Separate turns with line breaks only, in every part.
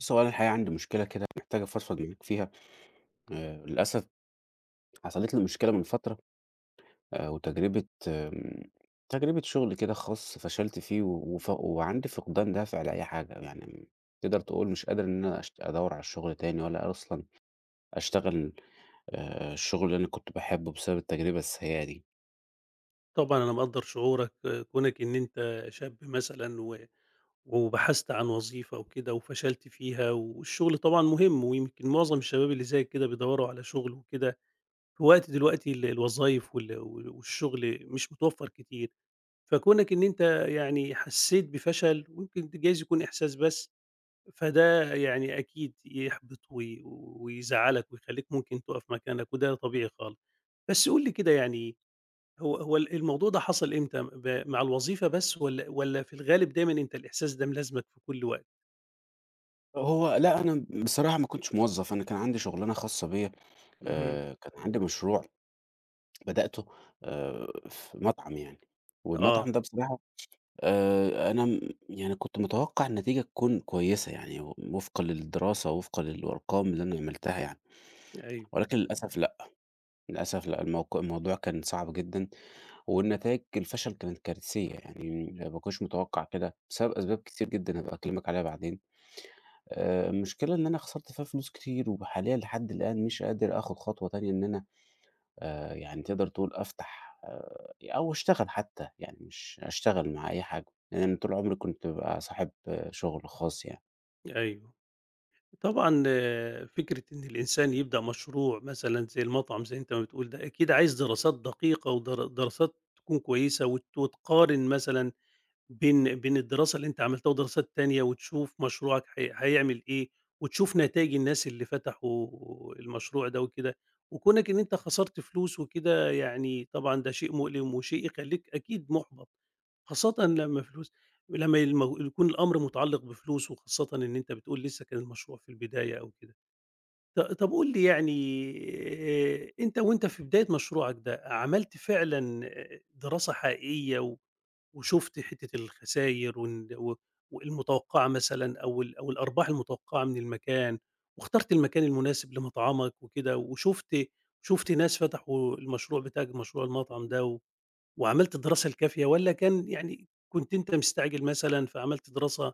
بُص، هو أنا الحقيقة عندي مشكلة كده محتاج أفضفض معاك فيها، للأسف حصلت لي مشكلة من فترة، وتجربة آمم، تجربة شغل كده خاص فشلت فيه و وف وعندي فقدان دافع لأي حاجة، يعني تقدر تقول مش قادر إن أنا أدوّر على شغل تاني ولا أصلًا أشتغل الشغل اللي أنا كنت باحبه بسبب التجربة السيئة دي.
طبعًا أنا مقدّر شعورك، آه، كونك إن أنت شاب مثلًا و وبحثت عن وظيفة وكده وفشلت فيها، والشغل طبعًا مهم، ويمكن معظم الشباب اللي زيك كده بيدوّروا على شغل وكده، في وقت دلوقتي ال الوظايف والشغل مش متوفّر كتير، فكونك إن أنت يعني حسّيت بفشل ويمكن جايز يكون إحساس بس، فده يعني أكيد يحبط ويزعّلك ويخلّيك ممكن تُقف مكانك وده طبيعي خالص. بس قُل لي كده يعني هو ال الموضوع ده حصل إمتى مع الوظيفة بس والّا في الغالب دايمًا أنت الإحساس ده ملازمك في كل وقت؟
هو لأ، أنا بصراحة ما كنتش موظف، أنا كان عندي شغلانة خاصة بيّا،
اهم.
كان عندي مشروع بدأته في مطعم يعني،
آه.
والمطعم ده بصراحة أنا م يعني كنت متوقع النتيجة تكون كويسة يعني وفقًا للدراسة، وفقًا للأرقام اللي أنا عملتها يعني،
أيوه،
ولكن للأسف لأ، للأسف لأ، الموضوع كان صعب جدًا، والنتايج الفشل كانت كارثية يعني ما كنتش متوقع كده، بسبب أسباب كتير جدًا هابقى أكلمك عليها بعدين. المشكلة إن أنا خسرت فيها فلوس كتير، وحاليًا لحد الآن مش قادر آخد خطوة تانية إن أنا يعني تقدر تقول أفتح أو أشتغل حتى، يعني مش أشتغل مع أي حاجة، لإن أنا طول عمري كنت بابقى صاحب آه، شغل خاص يعني.
أيوه. طبعًا آه، فكرة إن الإنسان يبدأ مشروع مثلًا زي المطعم زي أنت ما بتقول ده، أكيد عايز دراسات دقيقة دراسات تكون كويسة وتقارن مثلًا بين الدراسة اللي أنت عملتها ودراسات تانية وتشوف مشروعك هيعمل إيه، وتشوف نتايج الناس اللي فتحوا المشروع ده وكده، وكونك إن أنت خسرت فلوس وكده يعني طبعًا ده شيء مؤلم وشيء يخلّيك أكيد محبط، خاصةً لمّا فلوس لمّا المو يكون الأمر متعلق بفلوس وخاصةً إن أنت بتقول لسه كان المشروع في البداية أو كده. طب قُل لي يعني أنت وأنت في بداية مشروعك ده عملت فعلًا دراسة حقيقية و وشُفت حتّة الخساير وإن و والمتوقّعة مثلًا أو الأرباح المتوقّعة من المكان، واخترت المكان المناسب لمطعمك وكده، وشُفت ناس فتحوا المشروع بتاعك مشروع المطعم ده و وعملت الدراسة الكافية والّا كان يعني كنت أنت مستعجل مثلًا فعملت دراسة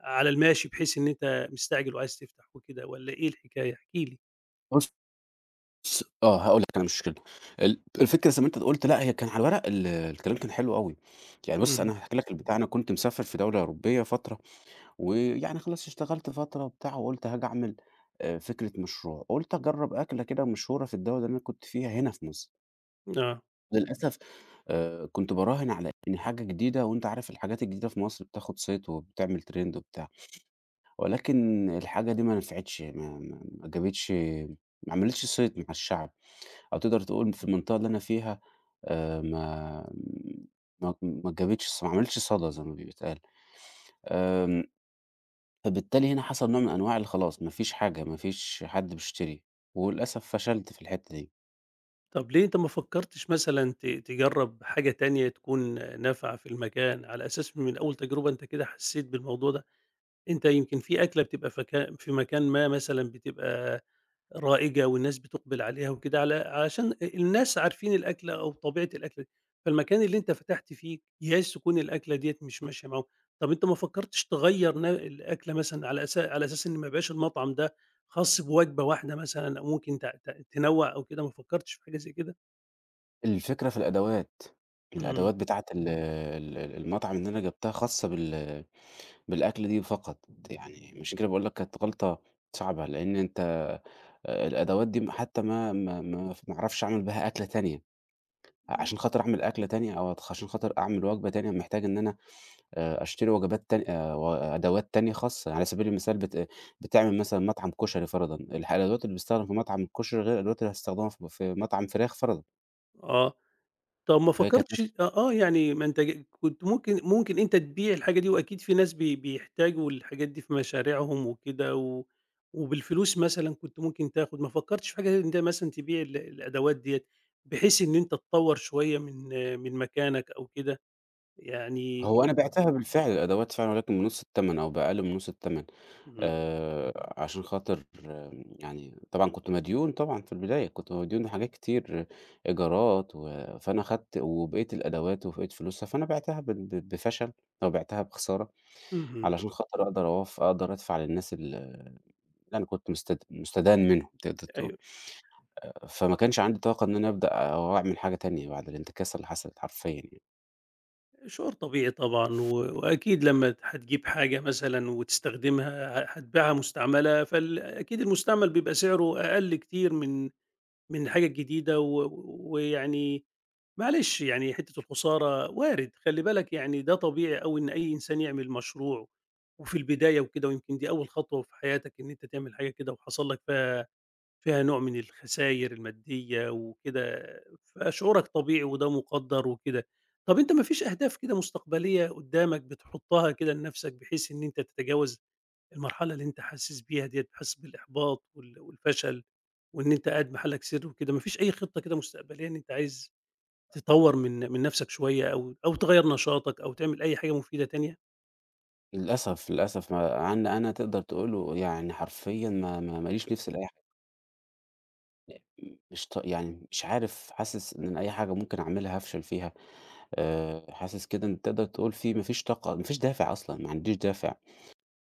على الماشي بحيث إن أنت مستعجل وعايز تفتح وكده والّا إيه الحكاية؟ احكِ لي.
بُص آه، هاقول لك أنا مشكلتي، الفكرة زي ما أنت قُلت لأ، هي كان على الورق الكلام كان حلو أوي، يعني بُص
اهم.
أنا هاحكي لك البتاع أنا كنت مسافر في دولة أوروبية فترة، ويعني خلاص اشتغلت فترة وبتاع وقُلت هاجي أعمل فكرة مشروع، قُلت أجرّب أكلة كده مشهورة في الدولة اللي أنا كنت فيها هنا في مصر.
آه.
للأسف كنت باراهن على إن حاجة جديدة وأنت عارف الحاجات الجديدة في مصر بتاخد صيت وبتعمل trend وبتاع، ولكن الحاجة دي ما نفعتش ما جابتش ما عملتش صيت مع الشعب، أو تقدر تقول في المنطقة اللي أنا فيها آآ ما ما جابتش ما عملتش صدى زي ما بيتقال. آمم، فبالتالي هنا حصل نوع من أنواع خلاص ما فيش حاجة، ما فيش حد بيشتري، وللأسف فشلت في الحتة دي.
طب ليه أنت ما فكّرتش مثلًا تجرّب حاجة تانية تكون نافعة في المكان، على أساس من أول تجربة أنت كده حسّيت بالموضوع ده، أنت يمكن في أكلة بتبقى في مكان ما مثلًا بتبقى رائجة والناس بتُقبل عليها وكده عشان الناس عارفين الأكلة أو طبيعة الأكلة، دي. فالمكان اللي أنت فتحت فيه ياس تكون الأكلة ديّة مش ماشية معاهم، طب أنت ما فكّرتش تغيّر الأكلة مثلًا على أساس إن ما يبقاش المطعم ده خاص بوجبة واحدة مثلًا أو ممكن ت ت تنوّع أو كده، ما فكّرتش في حاجة زي كده؟
الفكرة في الأدوات،
إمم.
الأدوات بتاعة المطعم اللي أنا جبتها خاصة بالأكل دي فقط، يعني عشان كده باقول لك كانت غلطة صعبة، لإن أنت الأدوات دي م حتى ما ما ما ف ما أعرفش أعمل بها أكلة تانية،
إمم.
عشان خاطر أعمل وجبة تانية محتاج إن أنا أشتري وجبات تانية وأدوات تانية خاصة، يعني على سبيل المثال بتعمل مثلًا مطعم كشري فرضًا، الأدوات اللي بتستخدم في مطعم الكشري غير الأدوات اللي هتستخدمها في مطعم فراخ فرضًا،
آه. طب ما
فهي
فكّرتش
كانت
يعني ما أنت كنت ممكن أنت تبيع الحاجة دي وأكيد في ناس بيحتاجوا الحاجات دي في مشاريعهم وكده و وبالفلوس مثلًا كنت ممكن تاخد، ما فكّرتش في حاجة إن أنت مثلًا تبيع ال الأدوات ديّة، بحيث إن أنت تطوّر شوية من مكانك أو كده؟ يعني
هو أنا بِعتها بالفعل الأدوات فعلًا ولكن بنُص التمن أو بأقل من نُص التمن،
إمم.
عشان خاطر آه، يعني طبعًا كنت مديون طبعًا في البداية، كنت مديون لحاجات كتير آه، إيجارات و فأنا خدت وبقيت الأدوات وبقيت فلوسها، فأنا بِعتها ب ب بفشل أو بِعتها بخسارة
اهم.
علشان خاطر أقدر أدفع للناس اللي أنا كنت مستدان منهم تقدر تقول،
أيوه.
فما كانش عندي طاقة إن أنا أبدأ أو أعمل حاجة تانية بعد الانتكاسة اللي حصلت حرفيًا يعني.
شعور طبيعي طبعًا، وأكيد لمّا هتجيب حاجة مثلًا وتستخدمها هتبيعها مستعملة، أكيد المستعمل بيبقى سعره أقل كتير من الحاجة الجديدة، ويعني معلش يعني حتّة الخسارة وارد، خلّي بالك يعني ده طبيعي أوي إن أي إنسان يعمل مشروع وفي البداية وكده، ويمكن دي أول خطوة في حياتك إن أنت تعمل حاجة كده وحصل لك فيها نوع من الخساير المادية وكده، فشعورك طبيعي وده مُقدّر وكده. طَب أنت ما فيش أهداف كده مستقبلية قدّامك بتحطّها كده لنَفْسك بحيث إن أنت تتجاوز المرحلة اللي أنت حاسس بيها ديّة، حاسس بالإحباط والفشل وإن أنت قاعد محلّك سر وكده، ما فيش أي خطة كده مستقبلية إن أنت عايز تطوّر من نَفْسك شوية أو تغيّر نشاطك أو تعمل أي حاجة مفيدة تانية؟
للأسف، للأسف ما عنّي أنا تقدر تقول يعني حرفيًا ما ليش نِفْس لأي حاجة مش ط يعني مش عارف حاسس إن أي حاجة ممكن أعملها هافشل فيها، حاسس كده إن تقدر تقول في ما فيش طاقة ما فيش دافع أصلًا، ما عنديش دافع،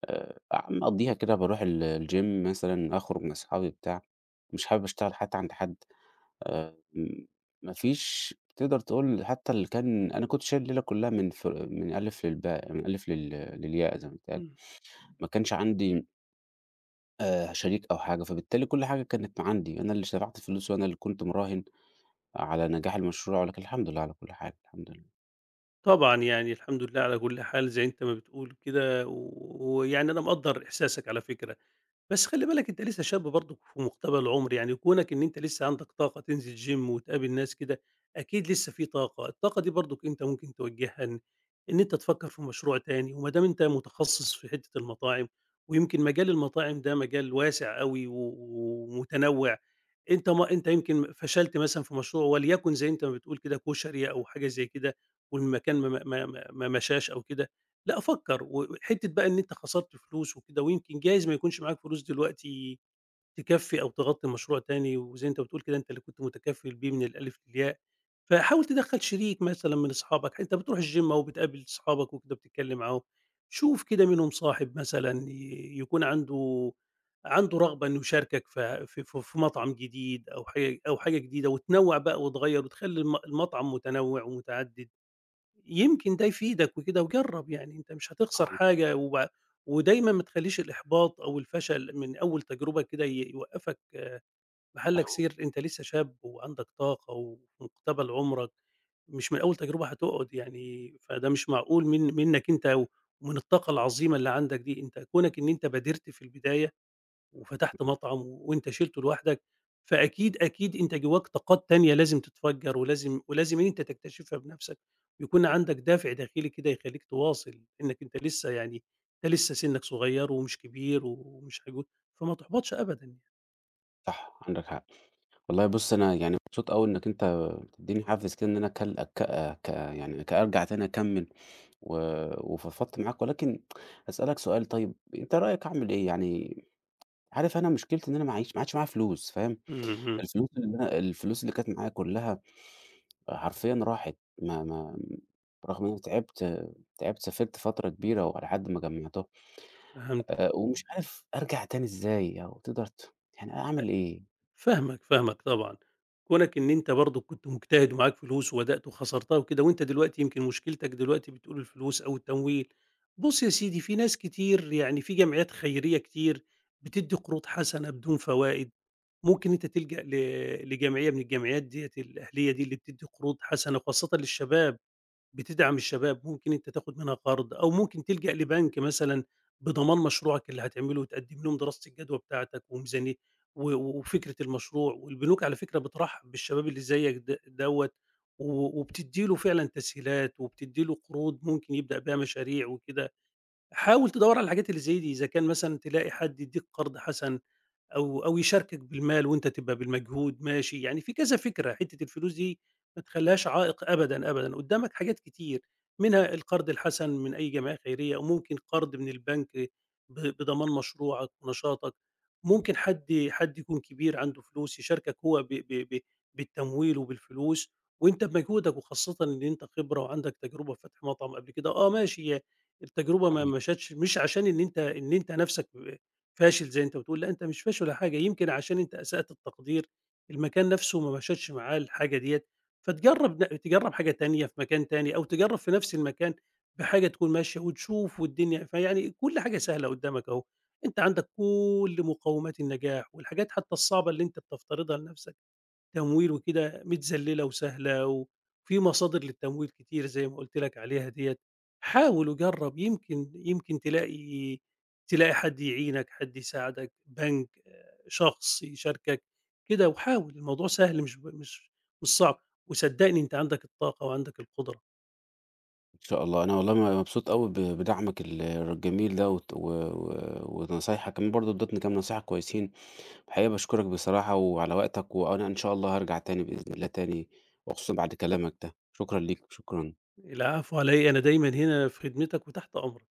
آآ مقضّيها كده باروح الgym مثلًا، أخرج مع أصحابي بتاع، مش حابب أشتغل حتى عند حد، م ما فيش تقدر تقول حتى اللي كان أنا كنت شايل الليلة كُلّها من ألِف للباء من ألِف للياء زي ما بيتقال،
إمم.
ما كانش عندي شريك أو حاجة، فبالتالي كل حاجة كانت عندي، أنا اللي دفعت الفلوس وأنا اللي كنت مراهن على نجاح المشروع، ولكن الحمد لله على كل حال، الحمد لله.
طبعًا يعني الحمد لله على كل حال زي أنت ما بتقول كده، ويعني أنا مقدّر إحساسك على فكرة. بس خلّي بالك أنت لسه شاب برضك في مقتبل العمر، يعني كونك إن أنت لسه عندك طاقة تنزل gym وتقابل ناس كده، أكيد لسه في طاقة، الطاقة دي برضك أنت ممكن توجّهها إن أنت تفكّر في مشروع تاني، وما دام أنت متخصص في حتّة المطاعم، ويمكن مجال المطاعم ده مجال واسع أوي ومتنوع، أنت ما أنت يمكن فشلت مثلًا في مشروع وليكن زي أنت ما بتقول كده كشري أو حاجة زي كده والمكان ما مشاش أو كده، لأ فكّر، وحتّة بقى إن أنت خسرت فلوس وكده ويمكن جايز ما يكونش معاك فلوس دلوقتي تكفّي أو تغطّي مشروع تاني، وزي أنت بتقول كده أنت اللي كنت متكفّل بيه من الألِف للياء، فحاول تدخّل شريك مثلًا من أصحابك، أنت بتروح الgym أهو بتقابل صحابك وكده بتتكلّم معاهم، شوف كده منهم صاحب مثلًا يكون عنده رغبة إنه يشاركك ف في ف في مطعم جديد أو حاجة أو حاجة جديدة وتنوّع بقى وتغيّر وتخلّي المطعم متنوّع ومتعدد. يمكن ده يفيدك وكده وجرّب، يعني أنت مش هتخسر
آه،
حاجة ودايمًا ما تخلّيش الإحباط أو الفشل من أول تجربة كده يوقّفك
صح،
محلّك سير، أنت لسّه شاب وعندك طاقة وفي مُقتبل عُمرك، مش من أول تجربة هتقعُد يعني فده مش معقول منّك أنت ومن الطاقة العظيمة اللي عندك دي، أنت كونك إن أنت بادرت في البداية وفتحت مطعم وأنت شِلته لوحدك، فأكيد، أكيد أنت جواك طاقات تانية لازم تتفجّر ولازم ولازم أنت تكتشفها بنَفْسك، ويكون عندك دافع داخلي كده يخلّيك تواصل، لإنّك أنت لسه يعني أنت لسه سِنّك صغيّر ومش كبير ومش عجوز، فما تحبطش أبدًا يعني.
صح، عندك حق. والله بُص أنا يعني مبسوط أوي إنك أنت بتدّيني حافز كده إن أنا أكل أك ك يعني أرجع تاني أكمّل و وفضفضت معاك، ولكن هاسألك سؤال طيب، أنت رأيك أعمل إيه؟ يعني عارف أنا مشكلتي إن أنا ما عادش معايا فلوس، فاهم؟
اهم.
الفلوس اللي كانت معايا كلّها حرفيًا راحت، ما ما رغم إن أنا تعبت سافرت فترة كبيرة ولحد ما جمّعتهم،
فهمت.
ومش عارف أرجع تاني إزاي أو تقدر ت يعني أعمل إيه؟
فاهمك، فاهمك طبعًا. كونك إن أنت برضه كنت مجتهد ومعاك فلوس وبدأت وخسرتها وكده، وأنت دلوقتي يمكن مشكلتك دلوقتي بتقول الفلوس أو التمويل. بُص يا سيدي، في ناس كتير يعني في جمعيات خيرية كتير بتدّي قروض حسنة بدون فوائد، ممكن أنت تلجأ لجمعية من الجمعيات ديّة الأهلية دي اللي بتدّي قروض حسنة خاصةً للشباب. بتدعم الشباب، ممكن أنت تاخد منها قرض، أو ممكن تلجأ لبنك مثلًا بضمان مشروعك اللي هتعمله وتقدم لهم دراسة الجدوى بتاعتك وميزانية وفكرة المشروع، والبنوك على فكرة بترحب بالشباب اللي زيك دوّة، وبتدّي له فعلًا تسهيلات، وبتدّي له قروض ممكن يبدأ بيها مشاريع وكده، حاول تدوّر على الحاجات اللي زي دي، إذا كان مثلًا تلاقي حد يدّيك قرض حسن أو يشاركك بالمال وأنت تبقى بالمجهود ماشي، يعني في كذا فكرة، حتّة الفلوس دي ما تخلّيهاش عائق أبدًا، أبدًا، قدّامك حاجات كتير، منها القرض الحسن من أي جمعية خيرية، وممكن قرض من البنك بضمان مشروعك ونشاطك، ممكن حد يكون كبير عنده فلوس يشاركك هو ب ب ب بالتمويل وبالفلوس وأنت بمجهودك، وخاصةً إن أنت خبرة وعندك تجربة في فتح مطعم قبل كده، آه ماشي هي التجربة ما
صحيح.
مشتش مش عشان إن أنت نَفْسك فاشل زي أنت بتقول، لأ أنت مش فاشل ولا حاجة، يمكن عشان أنت أسأت التقدير، المكان نفسه ما مشتش معاه الحاجة ديّة، فتجرّب تجرّب حاجة تانية في مكان تاني، أو تجرّب في نفس المكان بحاجة تكون ماشية وتشوف والدنيا فيعني كل حاجة سهلة قدّامك أهو، أنت عندك كل مقومات النجاح، والحاجات حتى الصعبة اللي أنت بتفترضها لنفسك تمويل وكده متذلّلة وسهلة، وفي مصادر للتمويل كتير زي ما قُلت لك عليها ديّة، حاول وجرّب يمكن تلاقي حد يعينك، حد يساعدك، بنك، آه، شخص يشاركك، كده وحاول الموضوع سهل مش ب مش مش صعب، وصدّقني أنت عندك الطاقة وعندك القدرة.
إن شاء الله، أنا والله مبسوط أوي بدعمك الجميل ده وت و و ونصايحك كمان برضه ادّيتني كام نصيحة كويسين، الحقيقة باشكرك بصراحة وعلى وقتك، وأنا إن شاء الله هارجع تاني بإذن الله تاني وخصوصًا بعد كلامك ده، شكرًا ليك، شكرًا.
العفو على إيه، أنا دايمًا هنا في خدمتك وتحت أمرك.